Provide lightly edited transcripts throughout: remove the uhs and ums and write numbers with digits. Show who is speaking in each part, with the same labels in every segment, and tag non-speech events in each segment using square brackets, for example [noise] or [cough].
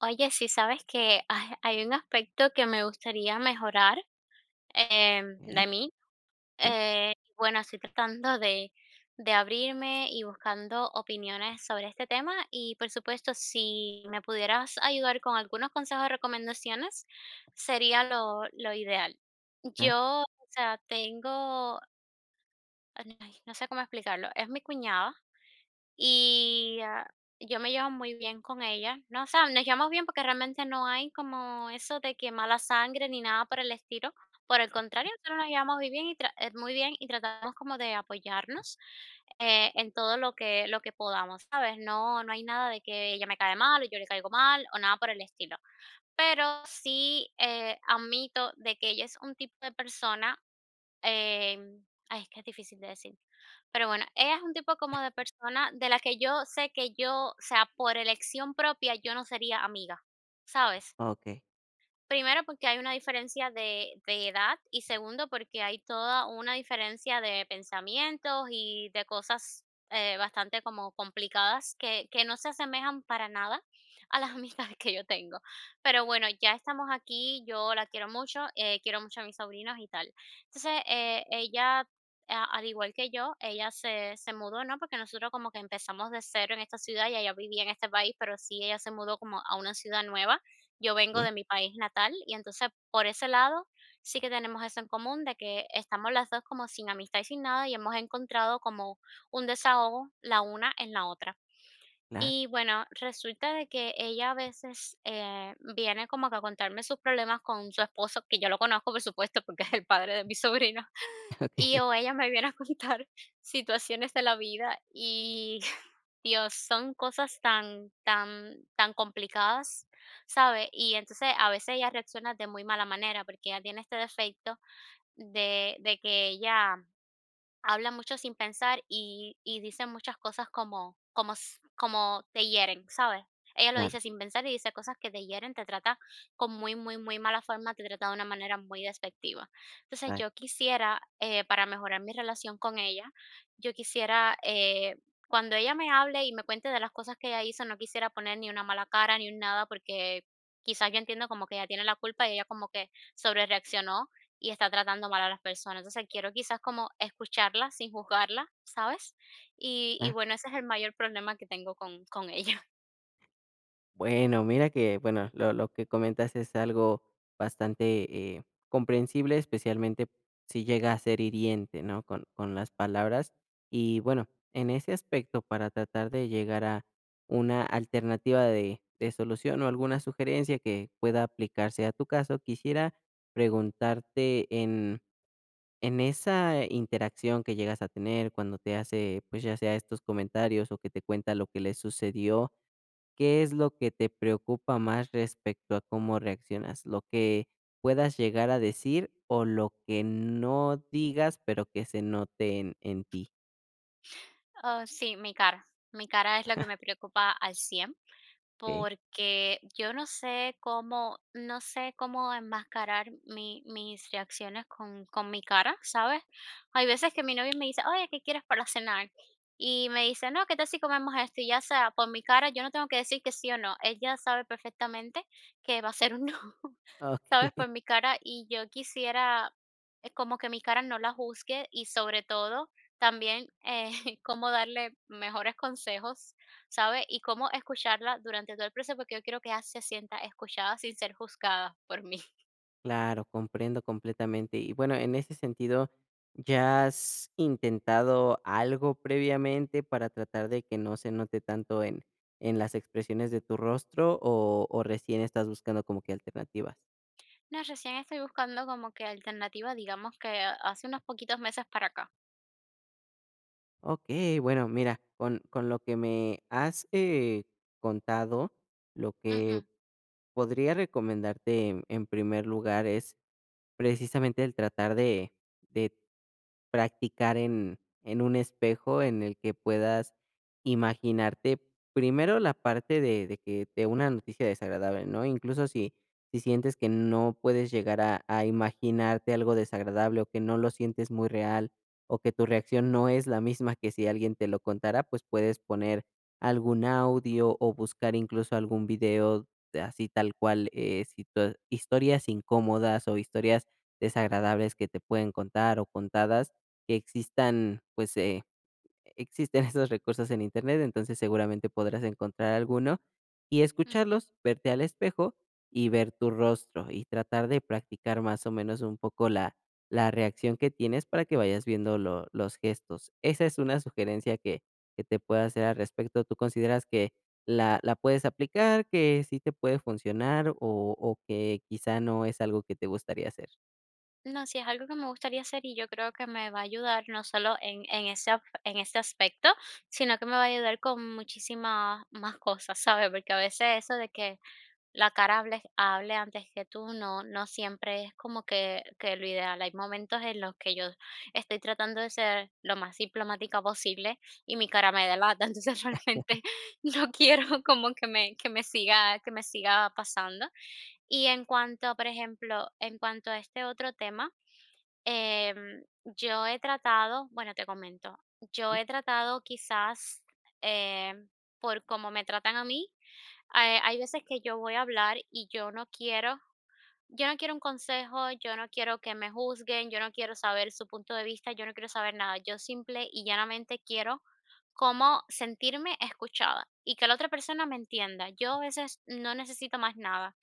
Speaker 1: Oye, sí, sabes que hay un aspecto que me gustaría mejorar,
Speaker 2: Okey,
Speaker 1: de mí.
Speaker 2: sí,
Speaker 1: Bueno, estoy tratando de abrirme y buscando opiniones sobre este tema y, por supuesto, si me pudieras ayudar con algunos consejos o recomendaciones, sería lo ideal.
Speaker 2: claro,
Speaker 1: Yo, o sea, tengo. Ay, no sé cómo explicarlo. Es mi cuñada y, yo me llevo muy bien con ella. No, o sea, nos llevamos bien porque realmente no hay como eso de que mala sangre ni nada por el estilo. Por el contrario, nosotros nos llevamos muy bien y, muy bien, y tratamos como de apoyarnos en todo lo que podamos, ¿sabes? No, no hay nada de que ella me cae mal o yo le caigo mal o nada por el estilo. Pero sí, admito de que ella es un tipo de persona, ay, es que es difícil de decir. Pero bueno, ella es un tipo como de persona de la que yo sé que yo, o sea, por elección propia, yo no sería amiga, ¿sabes?
Speaker 2: okey,
Speaker 1: Primero, porque hay una diferencia de edad, y segundo, porque hay toda una diferencia de pensamientos y de cosas, bastante como complicadas, que no se asemejan para nada a las [laughs] amistades que yo tengo. Pero bueno, ya estamos aquí, yo la quiero mucho a mis sobrinos y tal. Entonces, ella, al igual que yo, ella se mudó, ¿no? Porque nosotros como que empezamos de cero en esta ciudad, y ella vivía en este país, pero sí, ella se mudó como a una ciudad nueva. Yo vengo
Speaker 2: okey,
Speaker 1: de mi país natal, y entonces por ese lado sí que tenemos eso en común, de que estamos las 2 como sin amistad y sin nada, y hemos encontrado como un desahogo la una en la otra.
Speaker 2: claro,
Speaker 1: Y bueno, resulta de que ella a veces, viene como que a contarme sus problemas con su esposo, que yo lo conozco, por supuesto, porque es el padre de mi sobrino.
Speaker 2: [laughs] okey,
Speaker 1: Y o ella me viene a contar [laughs] situaciones de la vida y, [laughs] Dios, son cosas tan tan tan complicadas, sabe. Y entonces a veces ella reacciona de muy mala manera, porque ella tiene este defecto de que ella habla mucho sin pensar, y dice muchas cosas como te hieren, ¿sabes? Ella lo
Speaker 2: claro,
Speaker 1: dice sin pensar y dice cosas que te hieren, te trata con muy, muy, muy mala forma, te trata de una manera muy despectiva. Entonces,
Speaker 2: vale,
Speaker 1: yo quisiera, para mejorar mi relación con ella, yo quisiera, cuando ella me hable y me cuente de las cosas que ella hizo, no quisiera poner ni una mala cara ni un nada, porque quizás yo entiendo como que ella tiene la culpa y ella como que sobre y está tratando mal a las personas. Entonces, quiero quizás como escucharla sin juzgarla, ¿sabes? Y
Speaker 2: claro.
Speaker 1: bueno, ese es el mayor problema que tengo con ella. [laughs]
Speaker 2: Bueno, mira que, bueno, lo que comentas es algo bastante, comprensible, especialmente si llega a ser hiriente, ¿no? Con las palabras. Y bueno, en ese aspecto, para tratar de llegar a una alternativa de solución o alguna sugerencia que pueda aplicarse a tu caso, quisiera preguntarte en esa interacción que llegas a tener cuando te hace, pues, ya sea estos comentarios o que te cuenta lo que le sucedió, ¿qué es lo que te preocupa más respecto a cómo reaccionas? ¿Lo que puedas llegar a decir o lo que no digas, pero que se note en ti?
Speaker 1: Ah, sí, mi cara. Mi cara es lo que me preocupa al 100%,
Speaker 2: Okey.
Speaker 1: porque yo no sé cómo, no sé cómo enmascarar mis reacciones con mi cara, ¿sabes? Hay veces que mi novio me dice, oye, ¿qué quieres para cenar? Y me dice, no, ¿qué tal si comemos esto? Y ya sea por mi cara, yo no tengo que decir que sí o no. Ella sabe perfectamente que va a ser un [laughs] no. ¿Sabes?
Speaker 2: Okey.
Speaker 1: Por mi cara. Y yo quisiera, como que mi cara no la juzgue, y sobre todo también [laughs] cómo darle mejores consejos, ¿sabes? Y cómo escucharla durante todo el proceso, porque yo quiero que ella se sienta escuchada sin ser juzgada por mí. [laughs]
Speaker 2: Claro, comprendo completamente. Y bueno, en ese sentido, ¿ya has intentado algo previamente para tratar de que no se note tanto en las expresiones de tu rostro o recién estás buscando como que alternativas?
Speaker 1: No, recién estoy buscando como que alternativa, digamos que hace unos poquitos meses para acá.
Speaker 2: Ok, bueno, mira, con lo que me has contado, lo
Speaker 1: Ujú,
Speaker 2: que podría recomendarte en primer lugar es precisamente el tratar de practicar en un espejo en el que puedas imaginarte, primero, la parte de que de una noticia desagradable, ¿no? Incluso si si sientes que no puedes llegar a imaginarte algo desagradable, o que no lo sientes muy real, o que tu reacción no es la misma que si alguien te lo contara, pues, puedes poner algún audio, o buscar incluso algún video de así tal cual, situa historias incómodas, o historias desagradables que te pueden contar, o contadas, que existan, pues, existen [laughs] esos recursos en Internet, entonces seguramente podrás encontrar alguno y
Speaker 1: ujú.
Speaker 2: escucharlos, verte al espejo y ver tu rostro y tratar de practicar más o menos un poco la la reacción que tienes para que vayas viendo lo los gestos. Esa es una sugerencia que te puedo hacer al respecto. ¿Tú consideras que la puedes aplicar, que sí te puede funcionar o que quizá no es algo que te gustaría hacer?
Speaker 1: No, sí, es algo que me gustaría hacer, y yo creo que me va a ayudar no solo en ese aspecto, sino que me va a ayudar con muchísimas más cosas, ¿sabes? Porque a veces eso de que la cara hable, hable antes que tú, no siempre es como que lo ideal. Hay momentos en los que yo estoy tratando de ser lo más diplomática posible y mi cara me delata, [laughs] entonces realmente no quiero como que me, que me siga pasando. Y en cuanto, por ejemplo, en cuanto a este otro tema, Em, yo he tratado, bueno, te comento, yo he tratado quizás, eh, por cómo me tratan a mí. Hay veces que yo voy a hablar y yo no quiero un consejo, yo no quiero que me juzguen, yo no quiero saber su punto de vista, yo no quiero saber nada. Yo simple y llanamente quiero cómo sentirme escuchada y que la otra persona me entienda. Yo a veces no necesito más nada.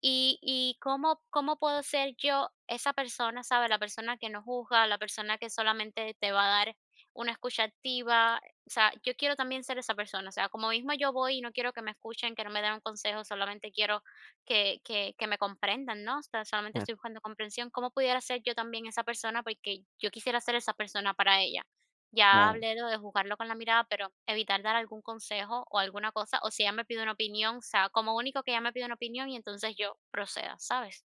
Speaker 1: Y, ¿cómo puedo ser yo esa persona, sabes? La persona que no juzga, la persona que solamente te va a dar una escucha activa. O sea, yo quiero también ser esa persona. O sea, como mismo yo voy y no quiero que me escuchen, que no me den un consejo, solamente quiero que me comprendan, ¿no? O sea, solamente estoy buscando comprensión. ¿Cómo pudiera ser yo también esa persona? Porque yo quisiera ser esa persona para ella. Ya
Speaker 2: Claro.
Speaker 1: hablé lo de jugarlo con la mirada, pero evitar dar algún consejo o alguna cosa, o si ella me pide una opinión, o sea, como único que ella me pide una opinión, y entonces yo proceda, ¿sabes?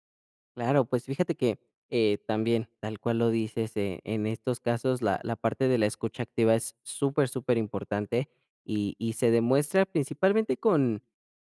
Speaker 2: Claro, pues fíjate que, también, tal cual lo dices, en estos casos la parte de la escucha activa es súper, súper importante y se demuestra principalmente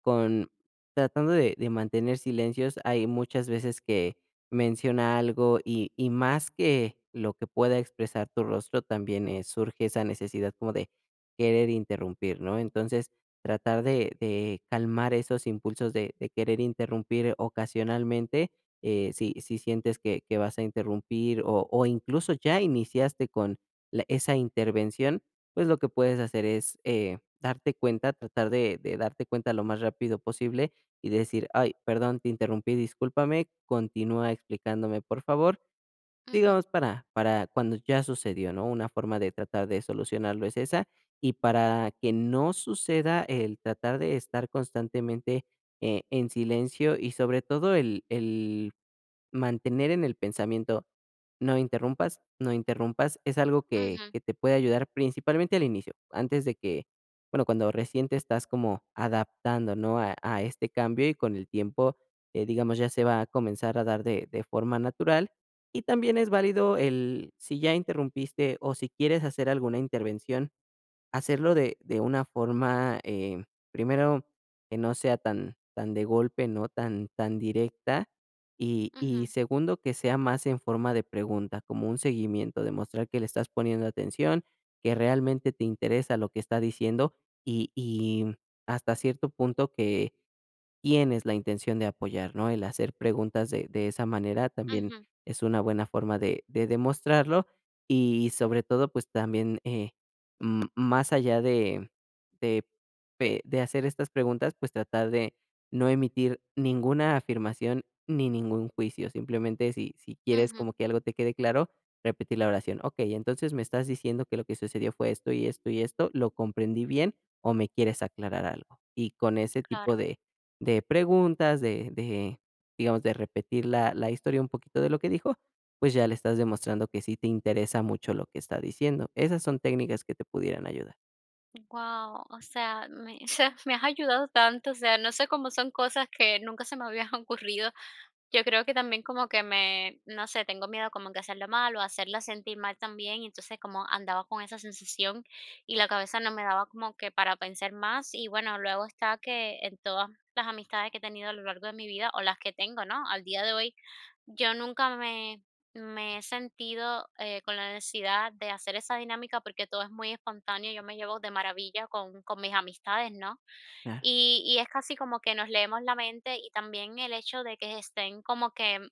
Speaker 2: con tratando de mantener silencios. Hay muchas veces que menciona algo y más que lo que pueda expresar tu rostro, también, surge esa necesidad como de querer interrumpir, ¿no? Entonces, tratar de calmar esos impulsos de querer interrumpir ocasionalmente. Eh, si si sientes que vas a interrumpir o incluso ya iniciaste con la esa intervención, pues, lo que puedes hacer es, darte cuenta, tratar de darte cuenta lo más rápido posible y decir: "Ay, perdón, te interrumpí, discúlpame, continúa explicándome, por favor",
Speaker 1: Ujú,
Speaker 2: digamos, para cuando ya sucedió, ¿no? Una forma de tratar de solucionarlo es esa, y para que no suceda el tratar de estar constantemente, en silencio y sobre todo el mantener en el pensamiento, no interrumpas, no interrumpas, es algo
Speaker 1: ujú,
Speaker 2: que te puede ayudar principalmente al inicio, antes de que, bueno, cuando recién te estás como adaptando, ¿no? A este cambio y con el tiempo, digamos, ya se va a comenzar a dar de forma natural. Y también es válido el si ya interrumpiste o si quieres hacer alguna intervención hacerlo de una forma, primero, que no sea tan tan de golpe, ¿no? Tan tan directa, y
Speaker 1: ujú,
Speaker 2: segundo, que sea más en forma de pregunta, como un seguimiento, demostrar que le estás poniendo atención, que realmente te interesa lo que está diciendo, y hasta cierto punto que tienes la intención de apoyar, ¿no? El hacer preguntas de esa manera también
Speaker 1: ujú,
Speaker 2: es una buena forma de demostrarlo y sobre todo, pues, también, más allá de pe de hacer estas preguntas, pues, tratar de no emitir ninguna afirmación ni ningún juicio. Simplemente, si si quieres
Speaker 1: ujú,
Speaker 2: como que algo te quede claro, repetir la oración. Okey, entonces me estás diciendo que lo que sucedió fue esto y esto y esto, ¿lo comprendí bien o me quieres aclarar algo? Y con ese tipo
Speaker 1: claro.
Speaker 2: de preguntas, de, digamos, de repetir la historia un poquito de lo que dijo, pues ya le estás demostrando que sí te interesa mucho lo que está diciendo. Esas son técnicas que te pudieran ayudar.
Speaker 1: Wow, o sea, [laughs] o sea, me has ayudado tanto, o sea, no sé, cómo son cosas que nunca se me habían [laughs] ocurrido. Yo creo que también como que no sé, tengo miedo como que hacerlo mal o hacerla sentir mal también, y entonces como andaba con esa sensación y la cabeza no me daba como que para pensar más. Y bueno, luego está que en todas las amistades que he tenido a lo largo de mi vida o las que tengo, ¿no? Al día de hoy yo nunca me he sentido, con la necesidad de hacer esa dinámica, porque todo es muy espontáneo, yo me llevo de maravilla con mis amistades, ¿no?
Speaker 2: Claro,
Speaker 1: Y es casi como que nos leemos la mente, y también el hecho de que estén como que,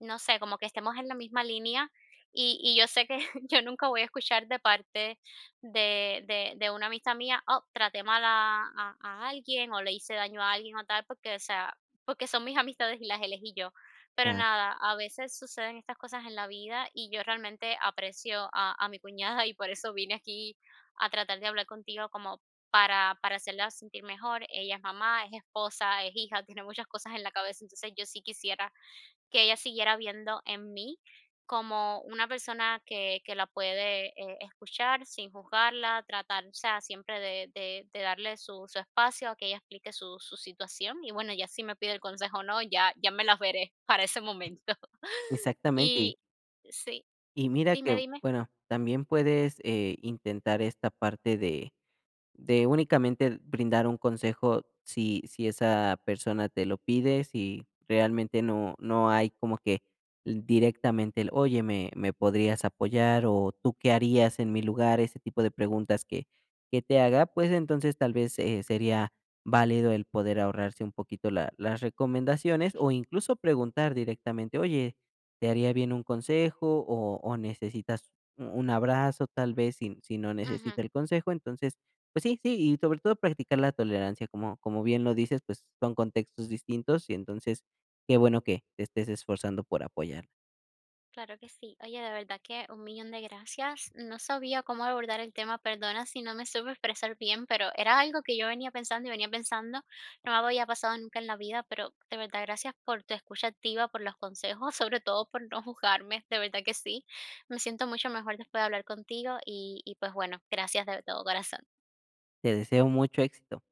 Speaker 1: no sé, como que estemos en la misma línea, y yo sé que [laughs] yo nunca voy a escuchar de parte de una amistad mía: "Oh, traté mal a a alguien, o le hice daño a alguien o tal", porque, o sea, porque son mis amistades y las elegí yo. Pero
Speaker 2: claro.
Speaker 1: nada, a veces suceden estas cosas en la vida, y yo realmente aprecio a mi cuñada, y por eso vine aquí a tratar de hablar contigo como para hacerla sentir mejor. Ella es mamá, es esposa, es hija, tiene muchas cosas en la cabeza, entonces yo sí quisiera que ella siguiera viendo en mí como una persona que la puede, escuchar sin juzgarla, tratar, o sea, siempre de darle su espacio a que ella explique su situación. Y bueno, ya si me pide el consejo o no, ya, me las veré [laughs] para ese momento. [laughs]
Speaker 2: Exactamente. Y
Speaker 1: Y sí,
Speaker 2: y mira
Speaker 1: dime,
Speaker 2: que,
Speaker 1: dime.
Speaker 2: bueno, también puedes, intentar esta parte de únicamente brindar un consejo si si esa persona te lo pide, si realmente no no hay como que directamente el: "Oye, ¿me me podrías apoyar?", o "¿Tú qué harías en mi lugar?", ese tipo de preguntas que te haga, pues, entonces, tal vez, sería válido el poder ahorrarse un poquito la las recomendaciones, o incluso preguntar directamente: "Oye, ¿te haría bien un consejo o necesitas u un abrazo?", tal vez, si si no
Speaker 1: Ujú.
Speaker 2: necesita el consejo. Entonces, pues sí, sí, y sobre todo practicar la tolerancia, como como bien lo dices, pues son contextos distintos y entonces qué bueno que te estés esforzando por apoyar.
Speaker 1: Claro que sí. Oye, de verdad que un millón de gracias. No sabía cómo abordar el tema, perdona si no me supe expresar bien, pero era algo que yo venía pensando y venía pensando, no me había pasado nunca en la vida, pero de verdad gracias por tu escucha activa, por los consejos, [laughs] sobre todo por no juzgarme, de verdad que sí. Me siento mucho mejor después de hablar contigo, y pues bueno, gracias de todo corazón.
Speaker 2: Te deseo mucho éxito.